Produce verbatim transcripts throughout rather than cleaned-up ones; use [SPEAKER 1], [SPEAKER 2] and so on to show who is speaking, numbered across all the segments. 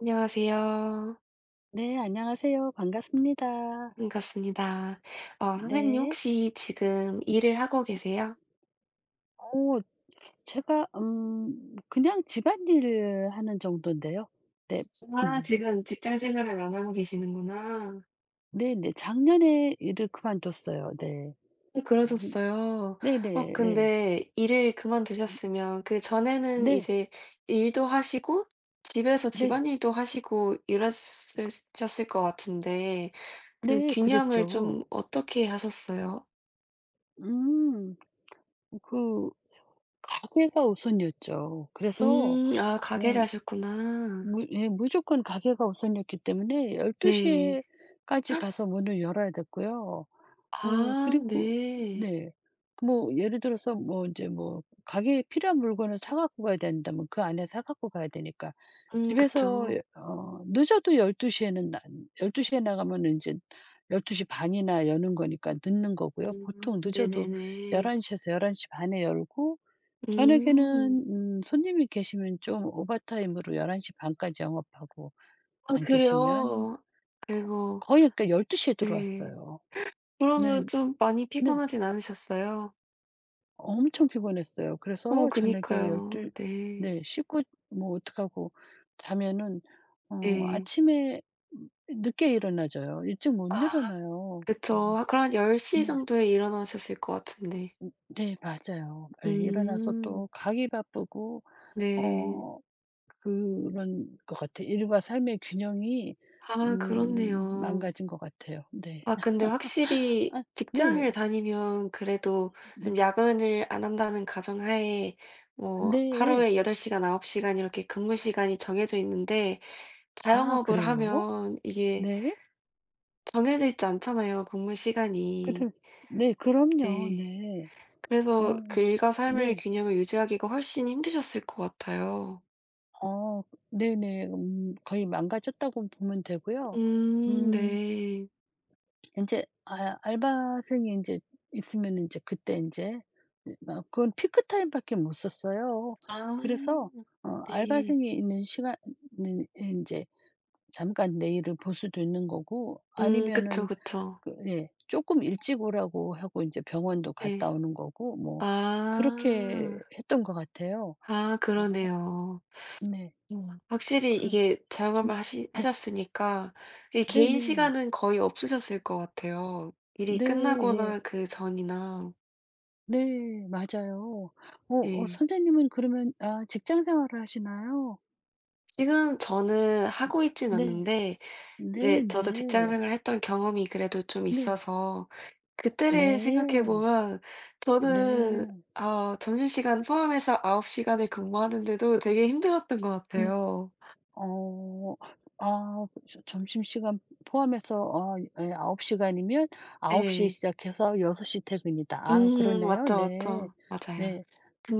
[SPEAKER 1] 안녕하세요.
[SPEAKER 2] 네, 안녕하세요. 반갑습니다.
[SPEAKER 1] 반갑습니다. 어 선생님
[SPEAKER 2] 네.
[SPEAKER 1] 혹시 지금 일을 하고 계세요?
[SPEAKER 2] 어, 제가 음 그냥 집안일을 하는 정도인데요. 네.
[SPEAKER 1] 아,
[SPEAKER 2] 음.
[SPEAKER 1] 지금 직장 생활은 안 하고 계시는구나.
[SPEAKER 2] 네네. 작년에 일을 그만뒀어요. 네.
[SPEAKER 1] 어
[SPEAKER 2] 음.
[SPEAKER 1] 그러셨어요.
[SPEAKER 2] 네네.
[SPEAKER 1] 어
[SPEAKER 2] 네.
[SPEAKER 1] 근데 일을
[SPEAKER 2] 음
[SPEAKER 1] 그만두셨으면 그전에는
[SPEAKER 2] 네.
[SPEAKER 1] 이제 일도 하시고 집에서
[SPEAKER 2] 네.
[SPEAKER 1] 집안일도 하시고 이랬 셨을 것 같은데 그
[SPEAKER 2] 네.
[SPEAKER 1] 균형을
[SPEAKER 2] 그랬죠.
[SPEAKER 1] 좀 어떻게 하셨어요?
[SPEAKER 2] 음. 그 가게가 우선이었죠. 그래서
[SPEAKER 1] 음. 아, 가게를
[SPEAKER 2] 어
[SPEAKER 1] 하셨구나.
[SPEAKER 2] 무 예, 무조건 가게가 우선이었기 때문에 열 2
[SPEAKER 1] 네.
[SPEAKER 2] 시 까지 가서 문을 열어야 됐고요. 어
[SPEAKER 1] 아
[SPEAKER 2] 그리고
[SPEAKER 1] 네.
[SPEAKER 2] 네. 뭐 예를 들어서 뭐 이제 뭐 가게에 필요한 물건을 사 갖고 가야 된다면 그 안에 사 갖고 가야 되니까
[SPEAKER 1] 음
[SPEAKER 2] 집에서
[SPEAKER 1] 그쵸.
[SPEAKER 2] 어 늦어도 열 두 시 에는 나 열 두에 나가면 이제열 두 시 반 이나 여는 거니까 늦는 거고요.
[SPEAKER 1] 음
[SPEAKER 2] 보통 늦어도 열
[SPEAKER 1] 네네네.
[SPEAKER 2] 한 시 에서 열 한 시 반에 열고,
[SPEAKER 1] 음.
[SPEAKER 2] 저녁에는 음 손님이 계시면 좀 오버타임으로 열 한 시 반 까지 영업하고,
[SPEAKER 1] 아
[SPEAKER 2] 안 계시면
[SPEAKER 1] 그래요?
[SPEAKER 2] 거
[SPEAKER 1] 아이고.
[SPEAKER 2] 거의, 그러니까 열 두 시에
[SPEAKER 1] 네.
[SPEAKER 2] 들어왔어요. 네.
[SPEAKER 1] 그러면 좀 많이
[SPEAKER 2] 네.
[SPEAKER 1] 피곤하진 않으셨어요?
[SPEAKER 2] 엄청 피곤했어요.
[SPEAKER 1] 어
[SPEAKER 2] 그래서 저녁에
[SPEAKER 1] 그니까요.
[SPEAKER 2] 열두,
[SPEAKER 1] 네.
[SPEAKER 2] 네, 씻고 뭐 어떡하고 자면은 어
[SPEAKER 1] 네
[SPEAKER 2] 아침에 음 늦게 일어나져요. 일찍 못 일어나요.
[SPEAKER 1] 그쵸.
[SPEAKER 2] 음.
[SPEAKER 1] 아, 그럼 열일 영
[SPEAKER 2] 네.
[SPEAKER 1] 정도에 일어나셨을 것 같은데.
[SPEAKER 2] 음 네, 맞아요. 예, 일어나서
[SPEAKER 1] 음.
[SPEAKER 2] 또 가기 바쁘고,
[SPEAKER 1] 네.
[SPEAKER 2] 어 그런 것 같아요. 일과 삶의 균형이
[SPEAKER 1] 아
[SPEAKER 2] 음
[SPEAKER 1] 그렇네요.
[SPEAKER 2] 망가진 것 같아요. 네.
[SPEAKER 1] 아 근데 확실히
[SPEAKER 2] 아,
[SPEAKER 1] 직장을
[SPEAKER 2] 네네.
[SPEAKER 1] 다니면 그래도 좀
[SPEAKER 2] 네.
[SPEAKER 1] 야근을 안 한다는 가정하에 뭐
[SPEAKER 2] 네. 네.
[SPEAKER 1] 하루에 여덟 시간 아홉 시간 이렇게 근무 시간이 정해져 있는데
[SPEAKER 2] 아,
[SPEAKER 1] 자영업을
[SPEAKER 2] 그래요?
[SPEAKER 1] 하면 이게
[SPEAKER 2] 네.
[SPEAKER 1] 정해져 있지 않잖아요 근무
[SPEAKER 2] 그
[SPEAKER 1] 시간이.
[SPEAKER 2] 네, 그럼요.
[SPEAKER 1] 네.
[SPEAKER 2] 네.
[SPEAKER 1] 그래서
[SPEAKER 2] 어
[SPEAKER 1] 그 일과 삶의
[SPEAKER 2] 네.
[SPEAKER 1] 균형을 유지하기가 훨씬 힘드셨을 것 같아요.
[SPEAKER 2] 어 네네. 음 거의 망가졌다고 보면 되고요.
[SPEAKER 1] 음
[SPEAKER 2] 음.
[SPEAKER 1] 네.
[SPEAKER 2] 인제, 아, 알바생이 인제 있으면 인제 그때 인제 이 막, 그건 피크 타임밖에 못 썼어요. 그래서
[SPEAKER 1] 아.
[SPEAKER 2] 어
[SPEAKER 1] 네.
[SPEAKER 2] 알바생이 있는 시간은 인제 잠깐 내일을 볼 수도 있는 거고,
[SPEAKER 1] 음 그쵸,
[SPEAKER 2] 아니면은
[SPEAKER 1] 그쵸.
[SPEAKER 2] 그 예, 쪼끔 일찍 오라고 하고 인제 병원도
[SPEAKER 1] 네.
[SPEAKER 2] 갔다 오는 거고. 뭐 그렇게
[SPEAKER 1] 아.
[SPEAKER 2] 했던 것 같아요.
[SPEAKER 1] 아
[SPEAKER 2] 어
[SPEAKER 1] 그러네요.
[SPEAKER 2] 네.
[SPEAKER 1] 음. 확실히
[SPEAKER 2] 그
[SPEAKER 1] 이게 자영업을
[SPEAKER 2] 네.
[SPEAKER 1] 하시
[SPEAKER 2] 네.
[SPEAKER 1] 하셨으니까 이 개인
[SPEAKER 2] 네네.
[SPEAKER 1] 시간은 거의 없으셨을 것 같아요. 일이
[SPEAKER 2] 네. 예.
[SPEAKER 1] 끝나거나 그 전이나.
[SPEAKER 2] 네, 맞아요. 어 어
[SPEAKER 1] 예.
[SPEAKER 2] 선생님은 그러면, 아, 직장 생활을 하시나요?
[SPEAKER 1] 지금 저는 하고 있진
[SPEAKER 2] 네.
[SPEAKER 1] 않는데 이제 저도 직장
[SPEAKER 2] 네네.
[SPEAKER 1] 생활을 했던 경험이 그래도 좀
[SPEAKER 2] 네.
[SPEAKER 1] 있어서 그때를 생각해
[SPEAKER 2] 네.
[SPEAKER 1] 보면
[SPEAKER 2] 네.
[SPEAKER 1] 저는
[SPEAKER 2] 네.
[SPEAKER 1] 아 점심시간 포함해서 아홉 시간을 근무하는데도 되게 힘들었던 것
[SPEAKER 2] 네.
[SPEAKER 1] 같아요.
[SPEAKER 2] 어. 아, 저, 점심시간 포함해서 아예홉 시간이면 아홉 시에
[SPEAKER 1] 예.
[SPEAKER 2] 시작해서 여섯시 퇴근이다. 아,
[SPEAKER 1] 음
[SPEAKER 2] 그러네요.
[SPEAKER 1] 맞죠,
[SPEAKER 2] 네.
[SPEAKER 1] 맞죠. 맞아요.
[SPEAKER 2] 네.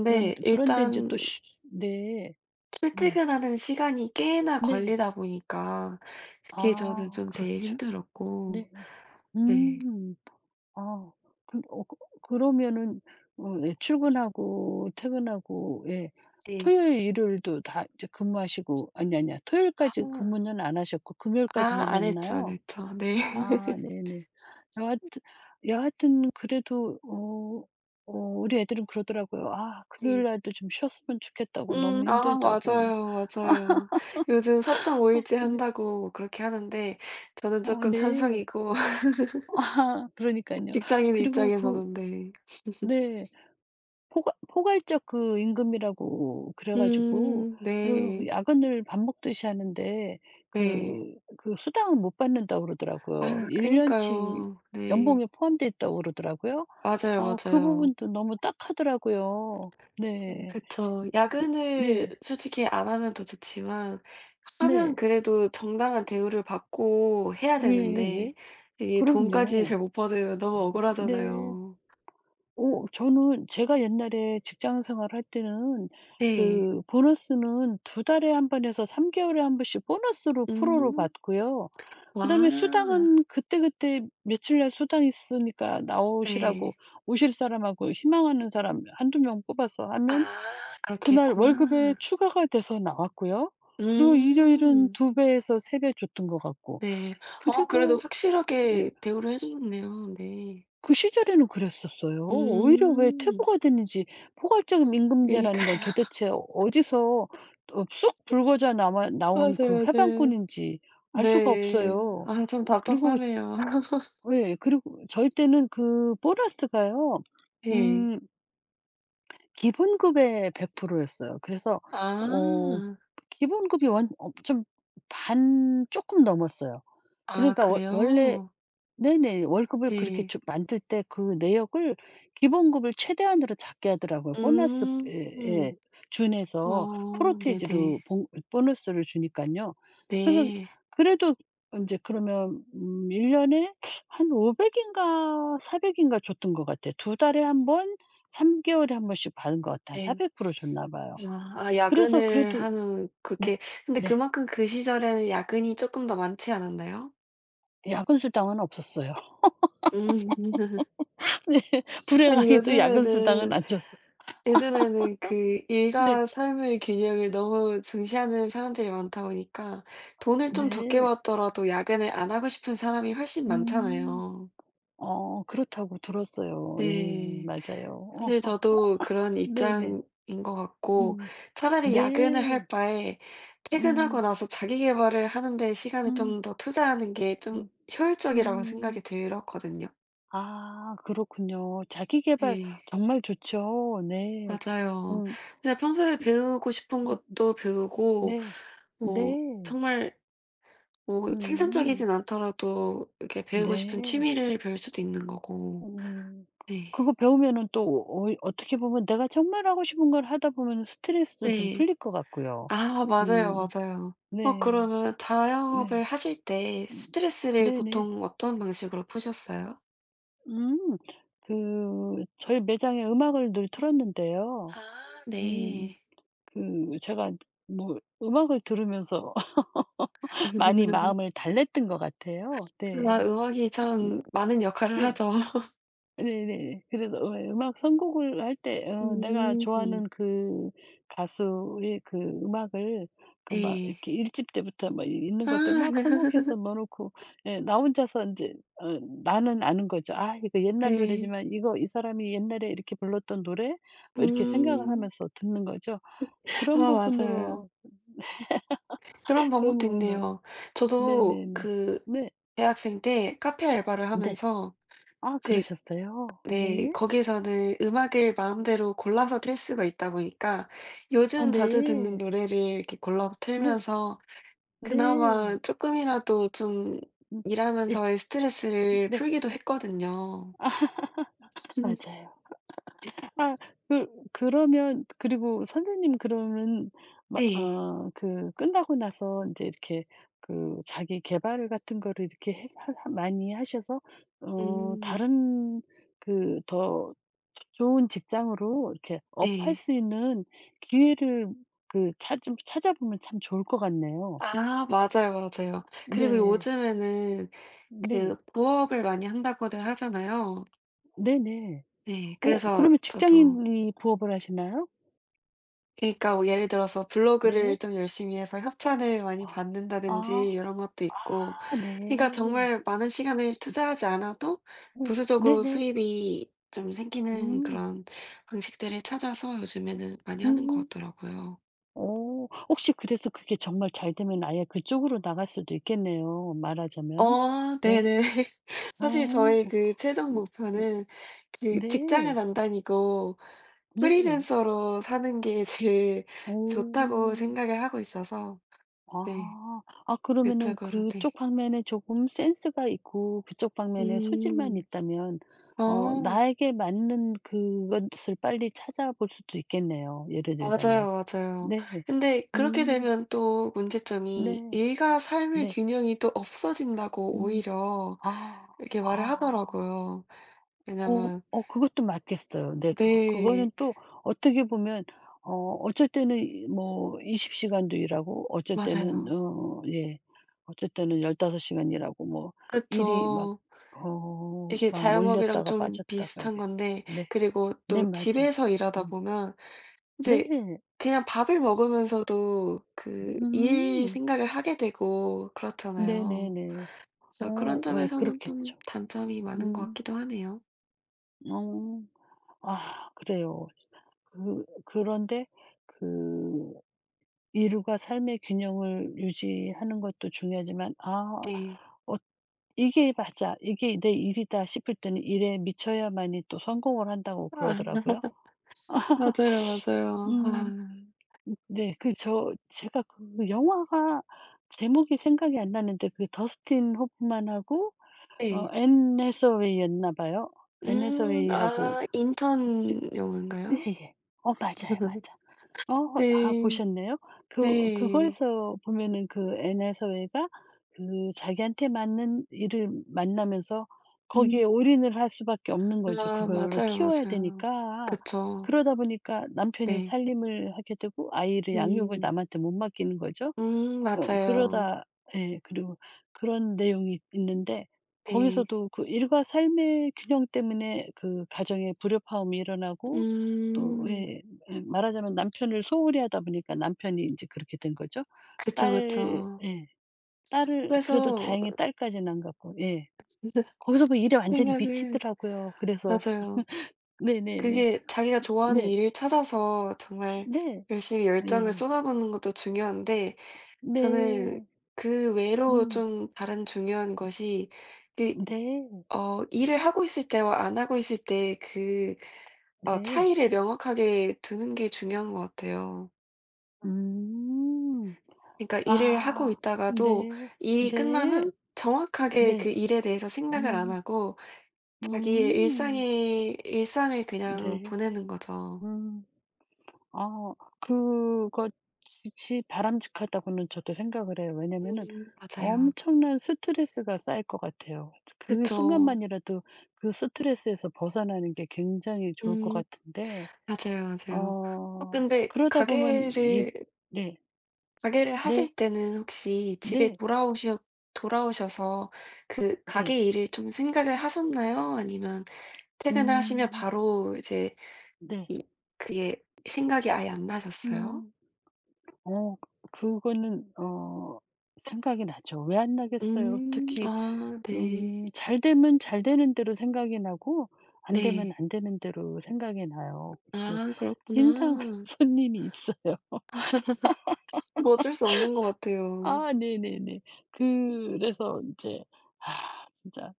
[SPEAKER 2] 그런 그런데 인제 또
[SPEAKER 1] 일단
[SPEAKER 2] 쉬 네. 음.
[SPEAKER 1] 출퇴근하는 시간이 꽤나
[SPEAKER 2] 네.
[SPEAKER 1] 걸리다 보니까 그게 저는
[SPEAKER 2] 아,
[SPEAKER 1] 좀 제일
[SPEAKER 2] 그렇죠.
[SPEAKER 1] 힘들었고
[SPEAKER 2] 네.
[SPEAKER 1] 네.
[SPEAKER 2] 음. 아. 그 어 그 그러면은 어 예, 출근하고 퇴근하고, 예,
[SPEAKER 1] 네.
[SPEAKER 2] 토요일 일요일도 다 이제 근무하시고, 아니, 아니야,
[SPEAKER 1] 아
[SPEAKER 2] 토요일까지 근무는 안 하셨고
[SPEAKER 1] 아,
[SPEAKER 2] 금요일까지만
[SPEAKER 1] 안 했죠, 안
[SPEAKER 2] 했나요? 네.
[SPEAKER 1] 했죠. 네.
[SPEAKER 2] 아, 네네. 여하튼 여하튼 그래도 어 어 우리 애들은 그러더라고요. "아, 금요일
[SPEAKER 1] 네.
[SPEAKER 2] 날도 좀 쉬었으면 좋겠다"고,
[SPEAKER 1] 음
[SPEAKER 2] 너무
[SPEAKER 1] 아
[SPEAKER 2] 힘들다고.
[SPEAKER 1] 맞아요, 맞아요. 요즘 사 점 오
[SPEAKER 2] 어
[SPEAKER 1] 일제
[SPEAKER 2] 근데
[SPEAKER 1] 한다고 뭐 그렇게 하는데 저는
[SPEAKER 2] 어
[SPEAKER 1] 조금
[SPEAKER 2] 네.
[SPEAKER 1] 찬성이고
[SPEAKER 2] 아, 그러니깐요.
[SPEAKER 1] 직장인
[SPEAKER 2] 그리고 그
[SPEAKER 1] 입장에서는 네.
[SPEAKER 2] 네. 포괄 포괄적 그 임금이라고 그래 가지고
[SPEAKER 1] 음
[SPEAKER 2] 그
[SPEAKER 1] 네.
[SPEAKER 2] 야근을 밥 먹듯이 하는데
[SPEAKER 1] 네.
[SPEAKER 2] 그 그 수당을 못 받는다고 그러더라고요.
[SPEAKER 1] 아유
[SPEAKER 2] 일 년치
[SPEAKER 1] 그니까요. 네.
[SPEAKER 2] 연봉에 포함돼 있다고 그러더라고요.
[SPEAKER 1] 맞아요,
[SPEAKER 2] 어 그
[SPEAKER 1] 맞아요.
[SPEAKER 2] 부분도 너무 딱하더라고요.
[SPEAKER 1] 음
[SPEAKER 2] 네.
[SPEAKER 1] 그쵸.
[SPEAKER 2] 그 네.
[SPEAKER 1] 야근을 솔직히 안 하면 더 좋지만 하면
[SPEAKER 2] 네.
[SPEAKER 1] 그래도 정당한 대우를 받고 해야 되는데
[SPEAKER 2] 예예예.
[SPEAKER 1] 이게 돈까지
[SPEAKER 2] 그럼요.
[SPEAKER 1] 잘 못 받으면 너무
[SPEAKER 2] 네.
[SPEAKER 1] 억울하잖아요.
[SPEAKER 2] 어 저는 제가 옛날에 직장 생활할 때는
[SPEAKER 1] 네.
[SPEAKER 2] 그 보너스는 두 달에 한 번에서 삼 개월에 한 번씩 보너스로 프로로
[SPEAKER 1] 음.
[SPEAKER 2] 받고요. 그다음에
[SPEAKER 1] 와.
[SPEAKER 2] 수당은 그때그때 며칠날 수당 있으니까 나오시라고
[SPEAKER 1] 네.
[SPEAKER 2] 오실 사람하고 희망하는 사람 한두 명 뽑아서 하면
[SPEAKER 1] 아 그렇게
[SPEAKER 2] 그날 월급에
[SPEAKER 1] 했구나.
[SPEAKER 2] 추가가 돼서 나왔고요. 그리고 일요일은
[SPEAKER 1] 음.
[SPEAKER 2] 두 배에서 세배 줬던 것 같고.
[SPEAKER 1] 네. 어 그래도
[SPEAKER 2] 그리고 예,
[SPEAKER 1] 확실하게 대우를 해 주셨네요. 네.
[SPEAKER 2] 그 시절에는 그랬었어요. 오히려 왜
[SPEAKER 1] 음.
[SPEAKER 2] 퇴보가 됐는지, 포괄적 임금제라는 건
[SPEAKER 1] 그니까요.
[SPEAKER 2] 도대체 어디서 어 쑥 불거져 남아 나온 그
[SPEAKER 1] 맞아요. 네.
[SPEAKER 2] 회방꾼인지 알 수가
[SPEAKER 1] 네.
[SPEAKER 2] 없어요.
[SPEAKER 1] 아 좀
[SPEAKER 2] 그리고
[SPEAKER 1] 답답하네요.
[SPEAKER 2] 예, 그리고 저희 때는 그 보너스가요,
[SPEAKER 1] 네.
[SPEAKER 2] 음, 기본급의 백 퍼센트 였어요. 그래서 어
[SPEAKER 1] 아.
[SPEAKER 2] 기본급이 원 어 좀 반 쪼끔 넘었어요.
[SPEAKER 1] 아
[SPEAKER 2] 그러니까 원 원래,
[SPEAKER 1] 그래요?
[SPEAKER 2] 네네, 월급을 그렇게
[SPEAKER 1] 네.
[SPEAKER 2] 쭉 만들 때 그 내역을 기본급을 최대한으로 작게 하더라고요. 보너스
[SPEAKER 1] 음.
[SPEAKER 2] 에 예, 준해서
[SPEAKER 1] 어 네네.
[SPEAKER 2] 프로테이지로 봉 보너스를 주니깐요. 그래서,
[SPEAKER 1] 네.
[SPEAKER 2] 그래도 인제 그러면 음 일 년에 한 오백 인가 사백 인가 줬던 것 같아요. 두 달에 한 번, 삼 개월에 한 번씩 받은 것 같아요.
[SPEAKER 1] 네.
[SPEAKER 2] 사백 퍼센트 줬나 봐요.
[SPEAKER 1] 아 아
[SPEAKER 2] 그래서
[SPEAKER 1] 야근을
[SPEAKER 2] 그래도,
[SPEAKER 1] 하면
[SPEAKER 2] 네,
[SPEAKER 1] 그렇게 근데
[SPEAKER 2] 네,
[SPEAKER 1] 그만큼 그 시절에는 야근이 조금 더 많지 않았나요?
[SPEAKER 2] 야근 수당은 없었어요.
[SPEAKER 1] 음.
[SPEAKER 2] 네.
[SPEAKER 1] 아니,
[SPEAKER 2] 불행하게도 야근 수당은
[SPEAKER 1] 요즘에는
[SPEAKER 2] 안 줬어요.
[SPEAKER 1] 요즘에는 그
[SPEAKER 2] 네.
[SPEAKER 1] 일과 삶의 균형을 너무 중시하는 사람들이 많다 보니까 돈을 좀 적게
[SPEAKER 2] 네.
[SPEAKER 1] 벌더라도 야근을 안 하고 싶은 사람이 훨씬
[SPEAKER 2] 음.
[SPEAKER 1] 많잖아요.
[SPEAKER 2] 어 그렇다고 들었어요. 예,
[SPEAKER 1] 네.
[SPEAKER 2] 맞아요. 어
[SPEAKER 1] 사실
[SPEAKER 2] 어,
[SPEAKER 1] 저도 그런
[SPEAKER 2] 네네.
[SPEAKER 1] 입장인 것 같고
[SPEAKER 2] 음.
[SPEAKER 1] 차라리 야근을 할
[SPEAKER 2] 네.
[SPEAKER 1] 바에 퇴근하고
[SPEAKER 2] 음.
[SPEAKER 1] 나서 자기 계발을 하는 데 시간을
[SPEAKER 2] 음.
[SPEAKER 1] 좀 더 투자하는 게 좀
[SPEAKER 2] 음.
[SPEAKER 1] 효율적이라고 생각이
[SPEAKER 2] 음.
[SPEAKER 1] 들었거든요.
[SPEAKER 2] 아, 그렇군요. 자기 계발
[SPEAKER 1] 네.
[SPEAKER 2] 정말 좋죠. 네.
[SPEAKER 1] 맞아요.
[SPEAKER 2] 음.
[SPEAKER 1] 진짜 평소에 배우고 싶은
[SPEAKER 2] 음.
[SPEAKER 1] 것도 배우고
[SPEAKER 2] 네.
[SPEAKER 1] 뭐
[SPEAKER 2] 네.
[SPEAKER 1] 정말 뭐
[SPEAKER 2] 음.
[SPEAKER 1] 생산적이진 않더라도 이렇게 배우고 싶은
[SPEAKER 2] 네.
[SPEAKER 1] 취미를 배울 수도 있는 거고.
[SPEAKER 2] 음.
[SPEAKER 1] 네.
[SPEAKER 2] 그거 배우면은 또 어 어떻게 보면 내가 정말 하고 싶은 걸 하다 보면 스트레스도 좀
[SPEAKER 1] 네.
[SPEAKER 2] 풀릴 것 같고요.
[SPEAKER 1] 아 맞아요,
[SPEAKER 2] 음.
[SPEAKER 1] 맞아요. 어
[SPEAKER 2] 네.
[SPEAKER 1] 그러면 자영업을
[SPEAKER 2] 네.
[SPEAKER 1] 하실 때
[SPEAKER 2] 음.
[SPEAKER 1] 스트레스를
[SPEAKER 2] 네네.
[SPEAKER 1] 보통 어떤 방식으로 푸셨어요?
[SPEAKER 2] 음. 그, 저희 매장에 음악을 늘 틀었는데요.
[SPEAKER 1] 아
[SPEAKER 2] 음
[SPEAKER 1] 네.
[SPEAKER 2] 그 제가 뭐 음악을 들으면서 많이 마음을 달랬던 것 같아요.
[SPEAKER 1] 아,
[SPEAKER 2] 네.
[SPEAKER 1] 음악이
[SPEAKER 2] 음.
[SPEAKER 1] 참 많은 역할을
[SPEAKER 2] 네.
[SPEAKER 1] 하죠.
[SPEAKER 2] 네네. 그래서 왜 음악 선곡을 할 때 어 내가
[SPEAKER 1] 음.
[SPEAKER 2] 좋아하는 그 가수의 그 음악을, 그 막
[SPEAKER 1] 네.
[SPEAKER 2] 이렇게 일 집 때부터 막 이 있는 것들
[SPEAKER 1] 아.
[SPEAKER 2] 막 선곡해서 넣어 놓고 예, 나 혼자서 인제 어 나는 아는 거죠. '아, 이거 옛날
[SPEAKER 1] 네.
[SPEAKER 2] 노래지만 이거 이 사람이 옛날에 이렇게 불렀던 노래?' 뭐 이렇게 생각을
[SPEAKER 1] 음.
[SPEAKER 2] 하면서 듣는 거죠. 그런
[SPEAKER 1] 아 맞아요.
[SPEAKER 2] 부분으로
[SPEAKER 1] 그런
[SPEAKER 2] 그런
[SPEAKER 1] 방법도
[SPEAKER 2] 부분으로.
[SPEAKER 1] 있네요. 저도
[SPEAKER 2] 네네네.
[SPEAKER 1] 그
[SPEAKER 2] 네.
[SPEAKER 1] 대학생 때 카페 알바를
[SPEAKER 2] 네.
[SPEAKER 1] 하면서
[SPEAKER 2] 아,
[SPEAKER 1] 이제
[SPEAKER 2] 그러셨어요?
[SPEAKER 1] 네
[SPEAKER 2] 네.
[SPEAKER 1] 거기서는 음악을 마음대로 골라서 틀 수가 있다 보니까
[SPEAKER 2] 아,
[SPEAKER 1] 요즘 자주 듣는
[SPEAKER 2] 네.
[SPEAKER 1] 노래를 이렇게 골라서
[SPEAKER 2] 네.
[SPEAKER 1] 틀면서 그나마
[SPEAKER 2] 네.
[SPEAKER 1] 조금이라도 좀
[SPEAKER 2] 음. 예.
[SPEAKER 1] 일하면서의 스트레스를
[SPEAKER 2] 네.
[SPEAKER 1] 풀기도 했거든요.
[SPEAKER 2] 맞아요. 아, 그 그러면, 그리고 선생님, 그러면 막
[SPEAKER 1] 네.
[SPEAKER 2] 어 그 끝나고 나서 이제 이렇게 그 자기 개발 같은 거를 이렇게 해 하 많이 하셔서 어
[SPEAKER 1] 음
[SPEAKER 2] 다른 그 더 좋은 직장으로 이렇게 업할
[SPEAKER 1] 네.
[SPEAKER 2] 수 있는 기회를 그 찾 찾아보면 참 좋을 것 같네요.
[SPEAKER 1] 아 맞아요, 맞아요. 그리고
[SPEAKER 2] 네.
[SPEAKER 1] 요즘에는
[SPEAKER 2] 네.
[SPEAKER 1] 그 부업을 많이 한다고들 하잖아요.
[SPEAKER 2] 네네.
[SPEAKER 1] 네.
[SPEAKER 2] 어
[SPEAKER 1] 그래서
[SPEAKER 2] 그러면
[SPEAKER 1] 저도
[SPEAKER 2] 직장인이 부업을 하시나요?
[SPEAKER 1] 그러니까 뭐 예를 들어서 블로그를
[SPEAKER 2] 네.
[SPEAKER 1] 좀 열심히 해서 협찬을 많이 받는다든지
[SPEAKER 2] 아.
[SPEAKER 1] 이런 것도 있고
[SPEAKER 2] 아,
[SPEAKER 1] 그러니까
[SPEAKER 2] 네.
[SPEAKER 1] 정말 많은 시간을 투자하지 않아도
[SPEAKER 2] 어
[SPEAKER 1] 부수적으로
[SPEAKER 2] 네네.
[SPEAKER 1] 수입이 좀 생기는
[SPEAKER 2] 음.
[SPEAKER 1] 그런 방식들을 찾아서 요즘에는 많이 하는 것
[SPEAKER 2] 음.
[SPEAKER 1] 같더라고요.
[SPEAKER 2] 어 혹시 그래서 그게 정말 잘 되면 아예 그쪽으로 나갈 수도 있겠네요, 말하자면.
[SPEAKER 1] 어
[SPEAKER 2] 네.
[SPEAKER 1] 네네.
[SPEAKER 2] 어.
[SPEAKER 1] 사실
[SPEAKER 2] 음
[SPEAKER 1] 저의 그 최종
[SPEAKER 2] 음 음.
[SPEAKER 1] 목표는 그
[SPEAKER 2] 네.
[SPEAKER 1] 직장을 안 다니고
[SPEAKER 2] 네.
[SPEAKER 1] 프리랜서로 사는 게 제일
[SPEAKER 2] 어.
[SPEAKER 1] 좋다고 생각을 하고 있어서 네.
[SPEAKER 2] 아. 아,
[SPEAKER 1] 그쵸.
[SPEAKER 2] 그러면은
[SPEAKER 1] 그러 네.
[SPEAKER 2] 그쪽 방면에 조금 센스가 있고 그쪽 방면에 소질만
[SPEAKER 1] 음.
[SPEAKER 2] 있다면 어
[SPEAKER 1] 어.
[SPEAKER 2] 나에게 맞는 그것을 빨리 찾아볼 수도 있겠네요, 예를 들자면.
[SPEAKER 1] 맞아요, 맞아요.
[SPEAKER 2] 네.
[SPEAKER 1] 근데 그렇게
[SPEAKER 2] 음.
[SPEAKER 1] 되면 또 문제점이
[SPEAKER 2] 네.
[SPEAKER 1] 일과 삶의
[SPEAKER 2] 네.
[SPEAKER 1] 균형이 또 없어진다고
[SPEAKER 2] 음.
[SPEAKER 1] 오히려
[SPEAKER 2] 아.
[SPEAKER 1] 이렇게 말을
[SPEAKER 2] 아.
[SPEAKER 1] 하더라고요.
[SPEAKER 2] 어
[SPEAKER 1] 왜냐면
[SPEAKER 2] 어 그것도 맞겠어요. 네. 그거
[SPEAKER 1] 네.
[SPEAKER 2] 그거는 또 어떻게 보면, 어 어쩔 때는 이, 뭐, 이십 시간도 일하고, 어쩔 때는
[SPEAKER 1] 맞아요.
[SPEAKER 2] 어 예, 어쩔 때는 열다섯 시간 일하고, 뭐 일이 막,
[SPEAKER 1] 그쵸.
[SPEAKER 2] 어
[SPEAKER 1] 이게
[SPEAKER 2] 막
[SPEAKER 1] 자영업이랑
[SPEAKER 2] 몰렸다가
[SPEAKER 1] 좀
[SPEAKER 2] 빠졌다
[SPEAKER 1] 비슷한
[SPEAKER 2] 그러겠죠.
[SPEAKER 1] 건데
[SPEAKER 2] 네.
[SPEAKER 1] 그리고
[SPEAKER 2] 네,
[SPEAKER 1] 또
[SPEAKER 2] 맞아요.
[SPEAKER 1] 집에서 일하다
[SPEAKER 2] 음.
[SPEAKER 1] 보면 인제
[SPEAKER 2] 네.
[SPEAKER 1] 그냥 밥을 먹으면서도 그 일
[SPEAKER 2] 음.
[SPEAKER 1] 생각을 하게 되고 그렇잖아요.
[SPEAKER 2] 네네네.
[SPEAKER 1] 그래서
[SPEAKER 2] 어
[SPEAKER 1] 그런
[SPEAKER 2] 예,
[SPEAKER 1] 점에서는 좀
[SPEAKER 2] 그렇겠죠.
[SPEAKER 1] 단점이 많은 것
[SPEAKER 2] 음.
[SPEAKER 1] 같기도 하네요.
[SPEAKER 2] 어. 아, 그래요. 그 그런데 그 일과 삶의 균형을 유지하는 것도 중요하지만, '아,
[SPEAKER 1] 네.
[SPEAKER 2] 어 이게 맞아. 이게 내 일이다' 싶을 때는 일에 미쳐야만이 또 성공을 한다고
[SPEAKER 1] 아.
[SPEAKER 2] 그러더라고요.
[SPEAKER 1] 맞아요, 맞아요.
[SPEAKER 2] 음.
[SPEAKER 1] 아.
[SPEAKER 2] 네. 그, 저 제가 그 영화가 제목이 생각이 안 나는데 그 더스틴 호프만하고 어
[SPEAKER 1] 네.
[SPEAKER 2] 앤 해서웨이였나 봐요. 앤
[SPEAKER 1] 음.
[SPEAKER 2] 해서웨이하고
[SPEAKER 1] 아
[SPEAKER 2] 주
[SPEAKER 1] 인턴 영화인가요?
[SPEAKER 2] 예예. 어 맞아요, 맞아요. 어 아,
[SPEAKER 1] 네.
[SPEAKER 2] 보셨네요? 그,
[SPEAKER 1] 네.
[SPEAKER 2] 그거에서 보면은 그 애나 서예가 그 자기한테 맞는 일을 만나면서 거기에
[SPEAKER 1] 음.
[SPEAKER 2] 올인을 할 수밖에 없는 거죠.
[SPEAKER 1] 아
[SPEAKER 2] 그거를
[SPEAKER 1] 맞아요,
[SPEAKER 2] 키워야
[SPEAKER 1] 맞아요.
[SPEAKER 2] 되니까.
[SPEAKER 1] 그쵸.
[SPEAKER 2] 그러다 보니까 남편이
[SPEAKER 1] 네.
[SPEAKER 2] 살림을 하게 되고 아이를 양육을
[SPEAKER 1] 음.
[SPEAKER 2] 남한테 못 맡기는 거죠.
[SPEAKER 1] 음
[SPEAKER 2] 어
[SPEAKER 1] 맞아요.
[SPEAKER 2] 그러다, 예, 그리고 그런 내용이 있는데,
[SPEAKER 1] 네.
[SPEAKER 2] 거기서도 그 일과 삶의 균형 때문에 그 가정에 불협화음이 일어나고 또,
[SPEAKER 1] 음.
[SPEAKER 2] 예, 예, 말하자면 남편을 소홀히 하다 보니까 남편이 이제 그렇게 된 거죠.
[SPEAKER 1] 그쵸,
[SPEAKER 2] 딸
[SPEAKER 1] 그쵸.
[SPEAKER 2] 예, 딸을 그래도
[SPEAKER 1] 그래서
[SPEAKER 2] 다행히 딸까지는 안 갖고, 예, 거기서 보면 일에 완전히
[SPEAKER 1] 생각을
[SPEAKER 2] 미치더라고요. 그래서
[SPEAKER 1] 맞아요.
[SPEAKER 2] 네네네.
[SPEAKER 1] 그게 자기가 좋아하는
[SPEAKER 2] 네.
[SPEAKER 1] 일을 찾아서 정말
[SPEAKER 2] 네.
[SPEAKER 1] 열심히 열정을
[SPEAKER 2] 네.
[SPEAKER 1] 쏟아붓는 것도 중요한데 저는
[SPEAKER 2] 네.
[SPEAKER 1] 그 외로
[SPEAKER 2] 음.
[SPEAKER 1] 좀 다른 중요한 것이 그
[SPEAKER 2] 네.
[SPEAKER 1] 어 일을 하고 있을 때와 안 하고 있을 때 그 어
[SPEAKER 2] 네.
[SPEAKER 1] 차이를 명확하게 두는 게 중요한 것 같아요.
[SPEAKER 2] 음.
[SPEAKER 1] 그러니까 일을 하고
[SPEAKER 2] 아.
[SPEAKER 1] 있다가도
[SPEAKER 2] 네.
[SPEAKER 1] 일이
[SPEAKER 2] 네.
[SPEAKER 1] 끝나면 정확하게
[SPEAKER 2] 네.
[SPEAKER 1] 그 일에 대해서 생각을 안
[SPEAKER 2] 음.
[SPEAKER 1] 하고 자기의
[SPEAKER 2] 음.
[SPEAKER 1] 일상에 일상을 그냥
[SPEAKER 2] 네.
[SPEAKER 1] 보내는 거죠.
[SPEAKER 2] 음. 아, 그것이 바람직하다고는 저도 생각을 해요. 왜냐면은
[SPEAKER 1] 음. 맞아요.
[SPEAKER 2] 엄청난 스트레스가 쌓일 것 같아요. 그
[SPEAKER 1] 그쵸.
[SPEAKER 2] 순간만이라도 그 스트레스에서 벗어나는 게 굉장히 좋을 것
[SPEAKER 1] 음
[SPEAKER 2] 같은데
[SPEAKER 1] 맞아요, 맞아요. 어
[SPEAKER 2] 어
[SPEAKER 1] 근데
[SPEAKER 2] 그러다 보면 이
[SPEAKER 1] 가게를
[SPEAKER 2] 네.
[SPEAKER 1] 가게를 하실
[SPEAKER 2] 네.
[SPEAKER 1] 때는 혹시 집에
[SPEAKER 2] 네.
[SPEAKER 1] 돌아오셔 돌아오셔서 그
[SPEAKER 2] 네.
[SPEAKER 1] 가게 일을 좀 생각을 하셨나요? 아니면 퇴근을 하시면
[SPEAKER 2] 음.
[SPEAKER 1] 바로 이제
[SPEAKER 2] 네.
[SPEAKER 1] 이 그게 생각이 아예 안 나셨어요?
[SPEAKER 2] 음. 어 그거는 어 생각이 나죠. 왜 안 나겠어요.
[SPEAKER 1] 음.
[SPEAKER 2] 특히
[SPEAKER 1] 아
[SPEAKER 2] 음
[SPEAKER 1] 네.
[SPEAKER 2] 잘 되면 잘 되는 대로 생각이 나고, 안 되면
[SPEAKER 1] 네.
[SPEAKER 2] 안 되는 대로 생각이 나요. 그리고
[SPEAKER 1] 아
[SPEAKER 2] 진상
[SPEAKER 1] 그렇구나.
[SPEAKER 2] 손님이 있어요.
[SPEAKER 1] 뭐 어쩔 수 없는 것 같아요.
[SPEAKER 2] 아, 네네네. 그래서 이제 '아, 진짜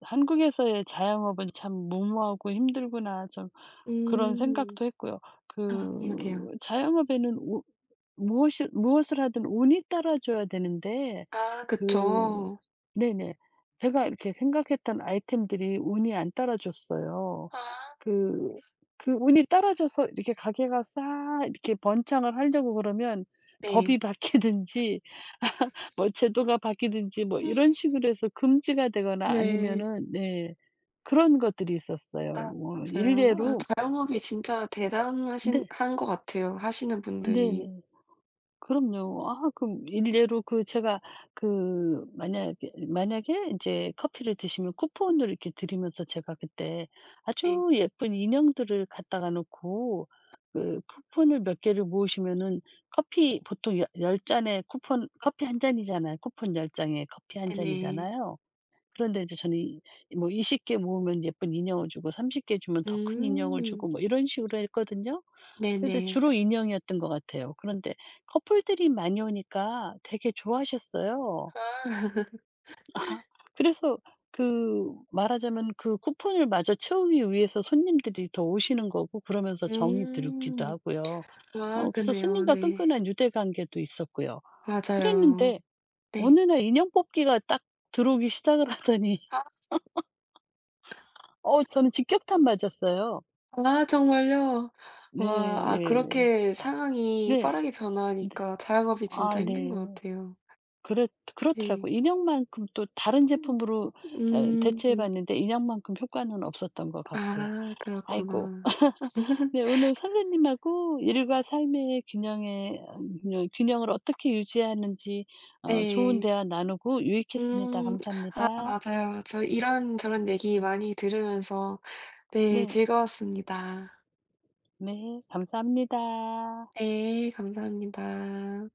[SPEAKER 2] 한국에서의 자영업은 참 무모하고 힘들구나' 좀, 그런
[SPEAKER 1] 음.
[SPEAKER 2] 생각도 했고요.
[SPEAKER 1] 아 그러게요.
[SPEAKER 2] 그 자영업에는 오 무엇이, 무엇을 하든 운이 따라줘야 되는데
[SPEAKER 1] 아
[SPEAKER 2] 그
[SPEAKER 1] 그쵸.
[SPEAKER 2] 네네. 제가 이렇게 생각했던 아이템들이 운이 안 따라줬어요.
[SPEAKER 1] 아
[SPEAKER 2] 그 그 운이 따라줘서 이렇게 가게가 싹 이렇게 번창을 하려고 그러면
[SPEAKER 1] 네.
[SPEAKER 2] 법이 바뀌든지 뭐 제도가 바뀌든지 뭐 이런 식으로 해서 금지가 되거나,
[SPEAKER 1] 네.
[SPEAKER 2] 아니면은, 네, 그런 것들이
[SPEAKER 1] 아
[SPEAKER 2] 있었어요. 뭐
[SPEAKER 1] 맞아요. 아
[SPEAKER 2] 일례로.
[SPEAKER 1] 자영업이 진짜 대단하신
[SPEAKER 2] 네.
[SPEAKER 1] 한 것 같아요, 하시는 분들이.
[SPEAKER 2] 네네. 그럼요. 아, 그럼 일례로 그 제가 그 만약에, 만약에 이제 커피를 드시면 쿠폰을 이렇게 드리면서 제가 그때
[SPEAKER 1] 네.
[SPEAKER 2] 아주 예쁜 인형들을 갖다가 놓고 그 쿠폰을 몇 개를 모으시면은, 커피 보통 열 10 잔에 쿠폰 커피 한 잔이잖아요. 쿠폰 열 장에 커피 한
[SPEAKER 1] 네네.
[SPEAKER 2] 잔이잖아요. 그런데 이제 저는 이 뭐 스무 개 모으면 예쁜 인형을 주고 서른 개 주면 더 큰 인형을
[SPEAKER 1] 음.
[SPEAKER 2] 주고 뭐 이런 식으로 했거든요. 근데
[SPEAKER 1] 네네.
[SPEAKER 2] 주로 인형이었던 것 같아요. 그런데 커플들이 많이 오니까 되게 좋아하셨어요.
[SPEAKER 1] 아.
[SPEAKER 2] 그래서 그, 말하자면 그 쿠폰을 마저 채우기 위해서 손님들이 더 오시는 거고 그러면서 정이 들기도
[SPEAKER 1] 음.
[SPEAKER 2] 하고요.
[SPEAKER 1] 아
[SPEAKER 2] 어 그래서
[SPEAKER 1] 그네요.
[SPEAKER 2] 손님과
[SPEAKER 1] 네.
[SPEAKER 2] 끈끈한 유대 관계도 있었고요.
[SPEAKER 1] 맞아요.
[SPEAKER 2] 그랬는데
[SPEAKER 1] 네.
[SPEAKER 2] 어느 날 인형 뽑기가 딱 들어오기 시작을 하더니
[SPEAKER 1] 아
[SPEAKER 2] 어 저는 직격탄 맞았어요.
[SPEAKER 1] 아 정말요? 와, 아
[SPEAKER 2] 네. 네.
[SPEAKER 1] 그렇게
[SPEAKER 2] 아,
[SPEAKER 1] 상황이
[SPEAKER 2] 네.
[SPEAKER 1] 빠르게
[SPEAKER 2] 네.
[SPEAKER 1] 변하니까 화 자영업이 진짜
[SPEAKER 2] 아,
[SPEAKER 1] 힘든 것
[SPEAKER 2] 네.
[SPEAKER 1] 같아요.
[SPEAKER 2] 그렇 그렇더라
[SPEAKER 1] 네.
[SPEAKER 2] 고 인형만큼 또 다른
[SPEAKER 1] 음.
[SPEAKER 2] 제품으로 어 대체해
[SPEAKER 1] 음.
[SPEAKER 2] 봤는데 인형만큼 효과는 없었던 것 같고요.
[SPEAKER 1] 아
[SPEAKER 2] 아이고.
[SPEAKER 1] 그렇구나.
[SPEAKER 2] 네, 오늘 선생님하고 일과 삶의 균형에 어 균형 균형을 어떻게 유지하는지 어 좋은
[SPEAKER 1] 네.
[SPEAKER 2] 대화 나누고 유익했습니다.
[SPEAKER 1] 음. 아
[SPEAKER 2] 감사합니다.
[SPEAKER 1] 맞아요, 맞아요. 이런저런 얘기 많이 들으면서 네
[SPEAKER 2] 네.
[SPEAKER 1] 즐거웠습니다.
[SPEAKER 2] 네. 감사합니다.
[SPEAKER 1] 네 감사합니다.